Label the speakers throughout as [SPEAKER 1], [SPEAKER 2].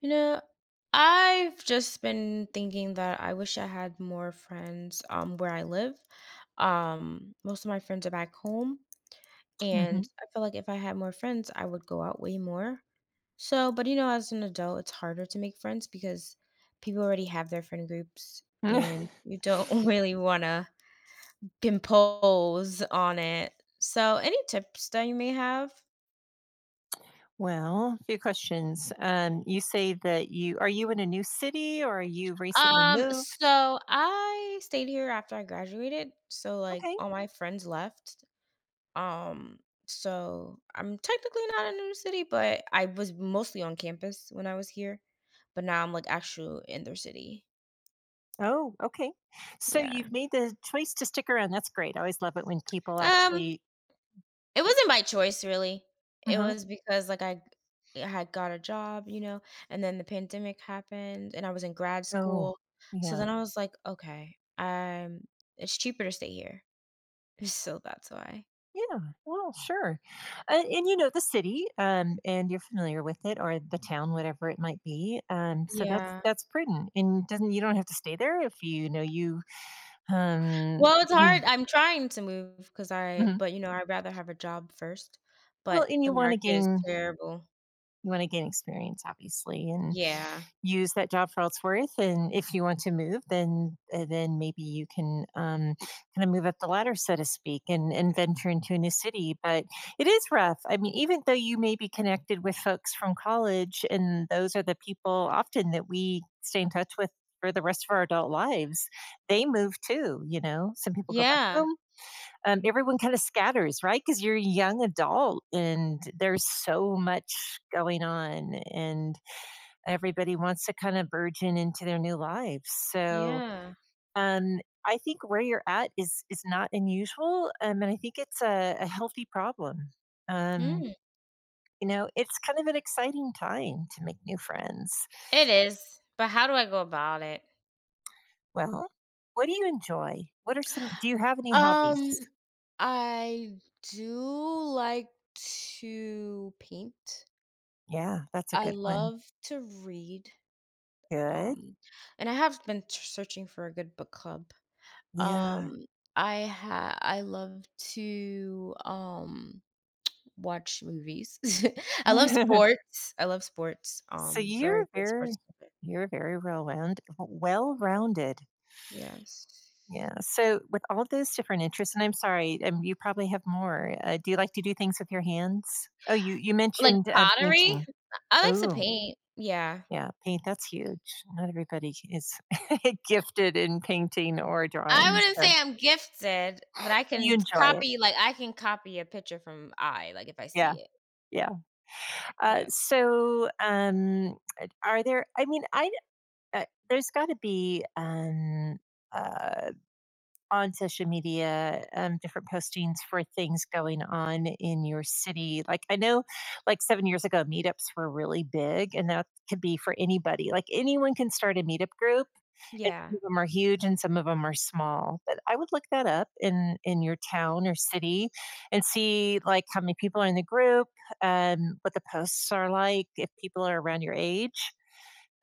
[SPEAKER 1] You know, I've just been thinking that I wish I had more friends where I live. Most of my friends are back home,
[SPEAKER 2] Mhm.
[SPEAKER 1] and I feel like if I had more friends, I would go out way more. So, but you know, as an adult, it's harder to make friends because people already have their friend groups and you don't really want to impose on it. So, any tips that you may have?
[SPEAKER 2] Well, a few questions. You say that you are you in a new city or you recently moved?
[SPEAKER 1] So I stayed here after I graduated. So like
[SPEAKER 2] Okay.
[SPEAKER 1] all my friends left. Um, so I'm technically not in a new city, but I was mostly on campus when I was here. But now I'm like actually in their city.
[SPEAKER 2] Oh, okay. So
[SPEAKER 1] Yeah.
[SPEAKER 2] you've made the choice to stick around. That's great. I always love it when people
[SPEAKER 1] Um,
[SPEAKER 2] actually.
[SPEAKER 1] it wasn't by choice really. It
[SPEAKER 2] Uh-huh.
[SPEAKER 1] was because like I had got a job, you know, and then the pandemic happened and I was in grad
[SPEAKER 2] Oh,
[SPEAKER 1] school. So
[SPEAKER 2] yeah.
[SPEAKER 1] then I was like, okay, it's cheaper to stay here. So that's why.
[SPEAKER 2] Yeah. Well, sure. And you know the city, and you're familiar with it, or the town, whatever it might be. So that's
[SPEAKER 1] Yeah.
[SPEAKER 2] that's prudent, and doesn't you don't have to stay there if you know you
[SPEAKER 1] Well, it's
[SPEAKER 2] didn't.
[SPEAKER 1] hard. I'm trying to move because I
[SPEAKER 2] Mhm.
[SPEAKER 1] but, you know, I'd rather have a job first,
[SPEAKER 2] Well,
[SPEAKER 1] but
[SPEAKER 2] and you
[SPEAKER 1] the
[SPEAKER 2] want to
[SPEAKER 1] market is
[SPEAKER 2] gain
[SPEAKER 1] terrible.
[SPEAKER 2] experience obviously, and
[SPEAKER 1] Yeah.
[SPEAKER 2] use that job for all it's worth. And if you want to move, then maybe you can, kind of move up the ladder, so to speak, and venture into a new city. But it is rough. I mean, even though you may be connected with folks from college, and those are the people often that we stay in touch with for the rest of our adult lives, they move too. You know, some people go back
[SPEAKER 1] Yeah.
[SPEAKER 2] home. Everyone kind of scatters, right? Because you're a young adult and there's so much going on, and everybody wants to kind of burgeon into their new lives. So,
[SPEAKER 1] Yeah.
[SPEAKER 2] um, I think where you're at is not unusual, and I think it's a healthy problem. Um,
[SPEAKER 1] Mm.
[SPEAKER 2] you know, it's kind of an exciting time to make new friends.
[SPEAKER 1] It is, but how do I go about it?
[SPEAKER 2] Well, what do you enjoy? What are some? Do you have any
[SPEAKER 1] Um,
[SPEAKER 2] hobbies?
[SPEAKER 1] I do like to paint.
[SPEAKER 2] Yeah, that's a
[SPEAKER 1] I
[SPEAKER 2] good one.
[SPEAKER 1] love to read,
[SPEAKER 2] Good.
[SPEAKER 1] um, and I have been t searching for a good book club.
[SPEAKER 2] Yeah.
[SPEAKER 1] Um, I love to, watch movies. I love sports. I love sports.
[SPEAKER 2] So
[SPEAKER 1] Very
[SPEAKER 2] you're
[SPEAKER 1] big sports
[SPEAKER 2] very
[SPEAKER 1] fan.
[SPEAKER 2] well round well rounded.
[SPEAKER 1] Yes.
[SPEAKER 2] Yeah. So with all those different interests, and I'm sorry, you probably have more. Do you like to do things with your hands? Oh, you
[SPEAKER 1] Like
[SPEAKER 2] mentioned
[SPEAKER 1] pottery?
[SPEAKER 2] painting.
[SPEAKER 1] I like to
[SPEAKER 2] Oh,
[SPEAKER 1] paint. Yeah.
[SPEAKER 2] yeah, paint. That's huge. Not everybody is gifted in painting or
[SPEAKER 1] I
[SPEAKER 2] drawing,
[SPEAKER 1] wouldn't
[SPEAKER 2] so
[SPEAKER 1] say I'm gifted, but I
[SPEAKER 2] you
[SPEAKER 1] can
[SPEAKER 2] enjoy it.
[SPEAKER 1] copy like, I can copy a picture from I. like, if I
[SPEAKER 2] Yeah,
[SPEAKER 1] see it.
[SPEAKER 2] yeah. Uh,
[SPEAKER 1] Yes.
[SPEAKER 2] so, um, are there? I mean, I there's got to be uh, on social media, different postings for things going on in your city? Like, I know like 7 years ago, meetups were really big, and that could be for anybody. Like, anyone can start a meetup group, and
[SPEAKER 1] Yeah.
[SPEAKER 2] some of them are huge and some of them are small. But I would look that up in your town or city and see, like, how many people are in the group, what the posts are like, if people are around your age.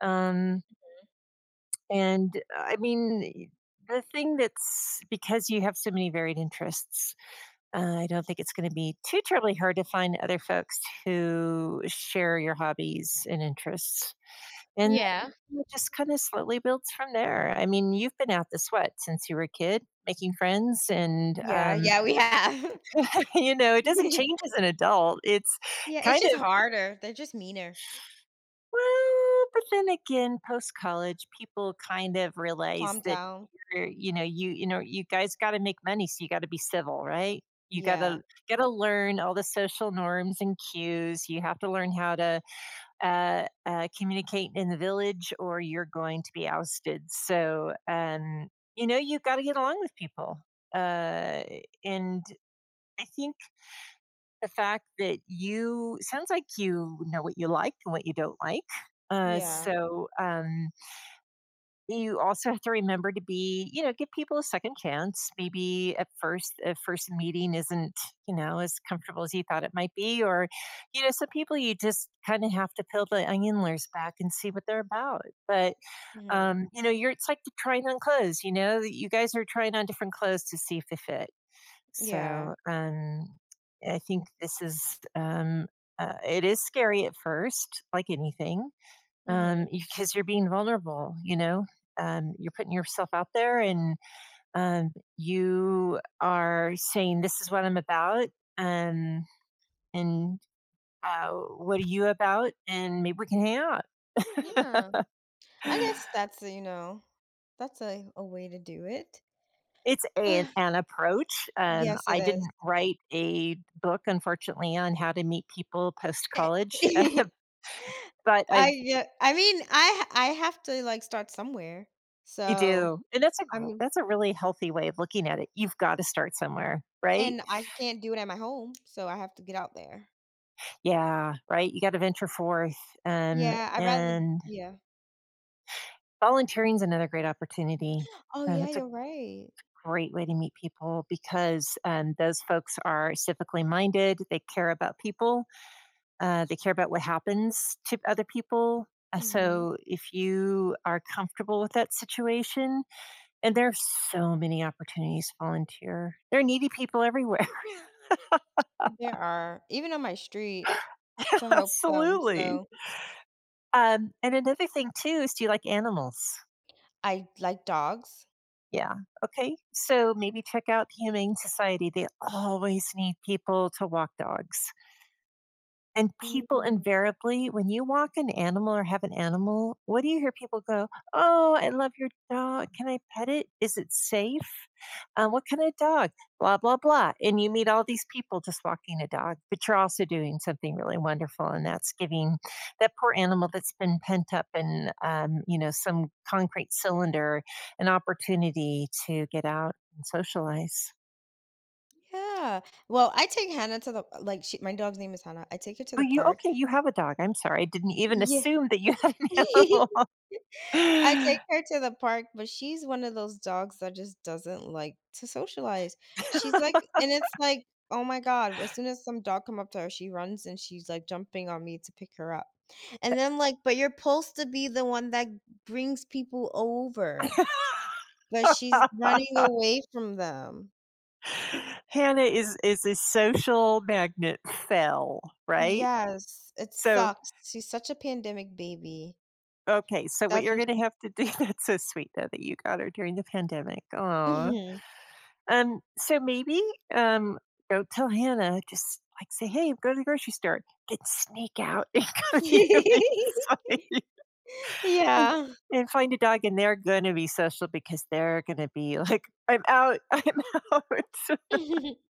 [SPEAKER 2] Um and I mean, the thing that's because you have so many varied interests, I don't think it's going to be too terribly hard to find other folks who share your hobbies and interests. And
[SPEAKER 1] Yeah.
[SPEAKER 2] it just kind of slowly builds from there. I mean, you've been out this what since you were a kid, making friends, and
[SPEAKER 1] Yeah, yeah, we have.
[SPEAKER 2] you know, it doesn't change as an adult. It's
[SPEAKER 1] Yeah, it's
[SPEAKER 2] kind
[SPEAKER 1] just
[SPEAKER 2] of
[SPEAKER 1] harder. They're just meaner.
[SPEAKER 2] Well, but then again, post college, people kind of realize
[SPEAKER 1] Calm
[SPEAKER 2] that
[SPEAKER 1] down.
[SPEAKER 2] you're, you know, you know, you guys got to make money, so you got to be civil, right? You got to
[SPEAKER 1] Yeah.
[SPEAKER 2] learn all the social norms and cues. You have to learn how to communicate in the village, or you're going to be ousted. So, you know, you got to get along with people, uh, and I think the fact that you sounds like you know what you like and what you don't like. Uh,
[SPEAKER 1] Yeah.
[SPEAKER 2] so um, you also have to remember to be, you know, give people a second chance. Maybe at first, a first meeting isn't, you know, as comfortable as you thought it might be, or, you know, some people you just kind of have to peel the onion layers back and see what they're about. But
[SPEAKER 1] Mhm.
[SPEAKER 2] um, you know, you're it's like the trying on clothes. You know, you guys are trying on different clothes to see if they fit.
[SPEAKER 1] Yeah.
[SPEAKER 2] So, I think this is, it is scary at first, like anything,
[SPEAKER 1] Mhm.
[SPEAKER 2] because you're being vulnerable, you know? You're putting yourself out there, and um, you are saying, this is what I'm about. Um, and what are you about? And maybe we can hang out.
[SPEAKER 1] Yeah. I guess that's, you know, that's a way to do it.
[SPEAKER 2] It's an approach.
[SPEAKER 1] Yes, it
[SPEAKER 2] I
[SPEAKER 1] is.
[SPEAKER 2] didn't write a book, unfortunately, on how to meet people post college.
[SPEAKER 1] Eh,
[SPEAKER 2] But I
[SPEAKER 1] I yeah, I mean, I have to, like, start somewhere.
[SPEAKER 2] you
[SPEAKER 1] So,
[SPEAKER 2] do, and that's a
[SPEAKER 1] I
[SPEAKER 2] gr
[SPEAKER 1] mean
[SPEAKER 2] that's a really healthy way of looking at it. You've gotta start somewhere, right?
[SPEAKER 1] and I can't do it at my home, so I have to get out there.
[SPEAKER 2] Yeah, right? You gotta venture forth, um,
[SPEAKER 1] Yeah, I rather
[SPEAKER 2] and
[SPEAKER 1] yeah.
[SPEAKER 2] volunteering is another great opportunity,
[SPEAKER 1] Oh,
[SPEAKER 2] and
[SPEAKER 1] yeah,
[SPEAKER 2] it's a
[SPEAKER 1] you're right.
[SPEAKER 2] great way to meet people because, those folks are civically minded, they care about people, they care about what happens to other people,
[SPEAKER 1] Mhm.
[SPEAKER 2] so if you are comfortable with that situation, and there are so many opportunities to volunteer. There are needy people everywhere.
[SPEAKER 1] There are, even on my street to help them,
[SPEAKER 2] Absolutely.
[SPEAKER 1] so
[SPEAKER 2] And another thing too is, do you like animals?
[SPEAKER 1] I like dogs.
[SPEAKER 2] Yeah. Okay. So maybe check out the Humane Society. They always need people to walk dogs. And people
[SPEAKER 1] Mhm.
[SPEAKER 2] invariably, when you walk an animal or have an animal, what do you hear people go? Oh, I love your dog. Can I pet it? Is it safe? What kind of dog blah blah blah, and you meet all these people just walking a dog. But you're also doing something really wonderful, and that's giving that poor animal that's been pent up in, you know, some concrete cylinder, an opportunity to get out and socialize.
[SPEAKER 1] Yeah. Well, I take Hannah to the like, she my dog's name is Hannah. I take her to
[SPEAKER 2] But
[SPEAKER 1] the
[SPEAKER 2] you
[SPEAKER 1] park.
[SPEAKER 2] okay, you have a dog. I'm sorry I didn't even
[SPEAKER 1] Yeah.
[SPEAKER 2] assume that you had an animal.
[SPEAKER 1] I take her to the park, but she's one of those dogs that just doesn't like to socialize. She's like and it's like, "Oh my god," as soon as some dog come up to her, she runs and she's, like, jumping on me to pick her up. And then, like, "But you're supposed to be the one that brings people over." But she's running away from them.
[SPEAKER 2] Hannah is a social magnet fell right.
[SPEAKER 1] Yes, it
[SPEAKER 2] So
[SPEAKER 1] sucks. She's such a pandemic baby.
[SPEAKER 2] okay, so what
[SPEAKER 1] That's
[SPEAKER 2] you're
[SPEAKER 1] when sh
[SPEAKER 2] gonna have to do that's so sweet though that you got her during the pandemic, oh. So maybe, um, go tell Hannah, just, like, say, "Hey, go to the grocery store," then sneak out and go to the MHC and
[SPEAKER 1] Yeah.
[SPEAKER 2] find a dog, and they're gonna be social because they're gonna be like, "I'm out, I'm out.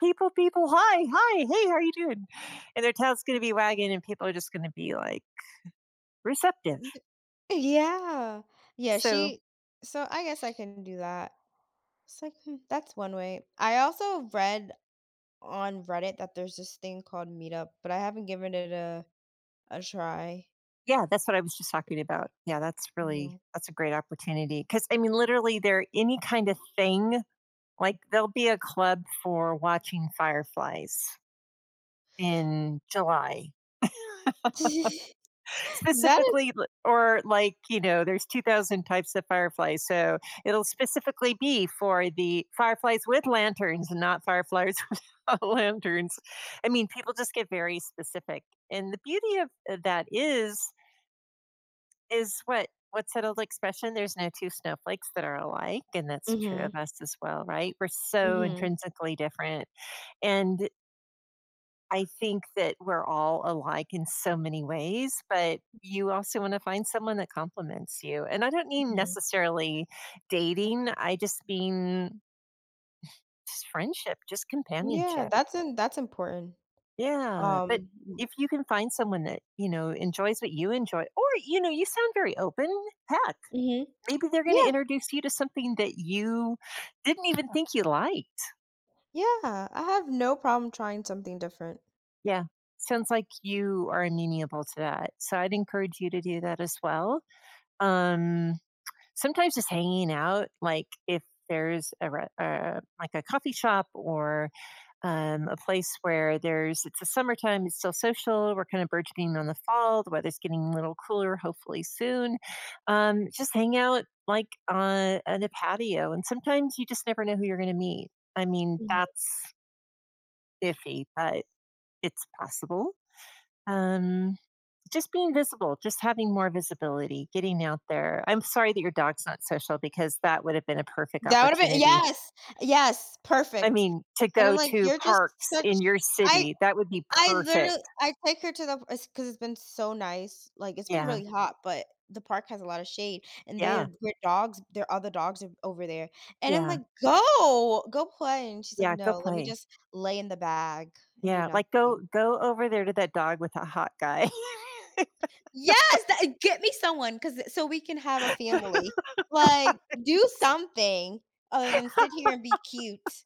[SPEAKER 2] People, people, hi, hi, hey, how are you doing?" And their tail's gonna be wagging, and people are just gonna be, like, receptive.
[SPEAKER 1] Yeah. Yeah,
[SPEAKER 2] So
[SPEAKER 1] she So I guess I can do that. It's like, hmm, that's one way. I also read on Reddit that there's this thing called Meetup, but I haven't given it a try.
[SPEAKER 2] yeah, that's what I was just talking about. Yeah, that's
[SPEAKER 1] Yeah.
[SPEAKER 2] really that's a great opportunity because I mean, literally, there any kind of thing like, there'll be a club for watching fireflies in July.
[SPEAKER 1] That is.
[SPEAKER 2] Specifically l or, like, you know, there's 2,000 types of fireflies, so it'll specifically be for the fireflies with lanterns and not fireflies without lanterns. I mean, people just get very specific, and the beauty of, that is what what's that old expression? There's no two snowflakes that are alike, and that's true
[SPEAKER 1] Mhm,
[SPEAKER 2] of us as well, right? We're so
[SPEAKER 1] mhm,
[SPEAKER 2] intrinsically different. And I think that we're all alike in so many ways, but you also want to find someone that complements you. And I don't mean
[SPEAKER 1] mhm.
[SPEAKER 2] necessarily dating, I just mean just friendship, just
[SPEAKER 1] Yeah,
[SPEAKER 2] companionship.
[SPEAKER 1] that's important.
[SPEAKER 2] Yeah. But
[SPEAKER 1] Um
[SPEAKER 2] if you can find someone that, you know, enjoys what you enjoy, or, you know, you sound very open. Heck,
[SPEAKER 1] Mhm.
[SPEAKER 2] maybe they're gonna
[SPEAKER 1] Yeah,
[SPEAKER 2] introduce you to something that you didn't even think you liked.
[SPEAKER 1] yeah, I have no problem trying something different.
[SPEAKER 2] Yeah. Sounds like you are amenable to that. So I'd encourage you to do that as well. Um, Sometimes just hanging out, like if there's a like a coffee shop, or a place where there's it's the summertime, it's still social, we're kind of burgeoning on the fall, the weather's getting a little cooler hopefully soon. Just hang out like on a patio, and sometimes you just never know who you're going to meet. I mean, that's iffy, but it's possible. um, just being visible, just having more visibility, getting out there. I'm sorry that your dog's not social because that would have been a perfect
[SPEAKER 1] That would have been,
[SPEAKER 2] opportunity.
[SPEAKER 1] yes, yes,
[SPEAKER 2] I
[SPEAKER 1] perfect.
[SPEAKER 2] mean, to
[SPEAKER 1] And
[SPEAKER 2] go
[SPEAKER 1] I'm like,
[SPEAKER 2] to
[SPEAKER 1] "You're just
[SPEAKER 2] parks in
[SPEAKER 1] such."
[SPEAKER 2] your
[SPEAKER 1] I
[SPEAKER 2] city, that would be
[SPEAKER 1] I
[SPEAKER 2] perfect.
[SPEAKER 1] literally I take her to the because it's 'cause it's been so nice, like, it's been
[SPEAKER 2] Yeah,
[SPEAKER 1] really hot, but the park has a lot of shade, and their
[SPEAKER 2] yeah,
[SPEAKER 1] their dogs their other dogs are over there, and I'm
[SPEAKER 2] yeah,
[SPEAKER 1] like, "Go, go play," and she's like,
[SPEAKER 2] yeah, go
[SPEAKER 1] "No, let me
[SPEAKER 2] play.
[SPEAKER 1] just lay in the bag and do
[SPEAKER 2] Yeah, like, go
[SPEAKER 1] nothing."
[SPEAKER 2] over there to that dog with a hot guy.
[SPEAKER 1] Yes, that get me someone because so we can have a family. Like, do something other than sit here and be cute.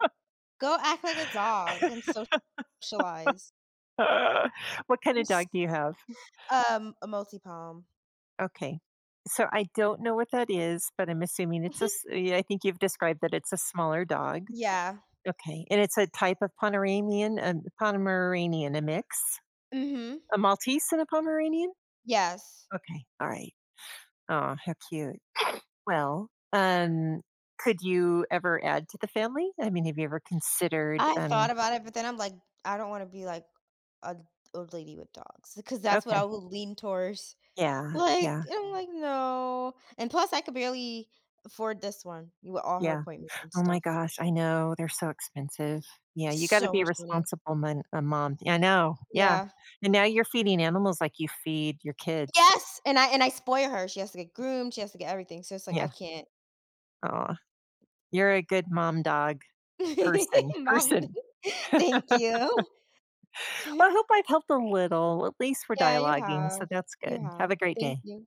[SPEAKER 1] Go act like a dog and socialize.
[SPEAKER 2] Uh, What kinda dog
[SPEAKER 1] Oops.
[SPEAKER 2] do you have?
[SPEAKER 1] A multi palm.
[SPEAKER 2] Okay. So, I don't know what that is, but I'm assuming it's a s yeah, I think you've described that it's a smaller dog.
[SPEAKER 1] Yeah.
[SPEAKER 2] Okay, and it's a type of Pomeranian, Pomeranian, a mix?
[SPEAKER 1] Mhm.
[SPEAKER 2] A Maltese and a Pomeranian?
[SPEAKER 1] Yes.
[SPEAKER 2] Okay, alright. Oh, how cute. Well, could you ever add to the family? I mean, have you ever considered,
[SPEAKER 1] I thought about it, but then I'm like, I don't wanna be like a old lady with dogs because that's what I
[SPEAKER 2] okay.
[SPEAKER 1] would lean towards.
[SPEAKER 2] Yeah,
[SPEAKER 1] Like,
[SPEAKER 2] yeah,
[SPEAKER 1] and I'm like, "No." And plus I could barely afford this one with all her
[SPEAKER 2] yeah.
[SPEAKER 1] appointments and
[SPEAKER 2] Oh my
[SPEAKER 1] stuff.
[SPEAKER 2] gosh, I know, they're so expensive. Yeah, you gotta
[SPEAKER 1] So
[SPEAKER 2] be
[SPEAKER 1] much money.
[SPEAKER 2] responsible mon a mom. I know, yeah,
[SPEAKER 1] Yeah.
[SPEAKER 2] and now you're feeding animals like you feed your kids.
[SPEAKER 1] Yes, and I spoil her. She has to get groomed, she has to get everything, so it's like I
[SPEAKER 2] Yeah,
[SPEAKER 1] can't.
[SPEAKER 2] oh, you're a good mom dog person
[SPEAKER 1] Mom,
[SPEAKER 2] person.
[SPEAKER 1] thank you.
[SPEAKER 2] Well, I hope I've helped a little. At least we're
[SPEAKER 1] Yeah, you
[SPEAKER 2] dialoguing, so
[SPEAKER 1] have.
[SPEAKER 2] that's
[SPEAKER 1] You
[SPEAKER 2] good. Have
[SPEAKER 1] have.
[SPEAKER 2] a great
[SPEAKER 1] Thank
[SPEAKER 2] day.
[SPEAKER 1] you.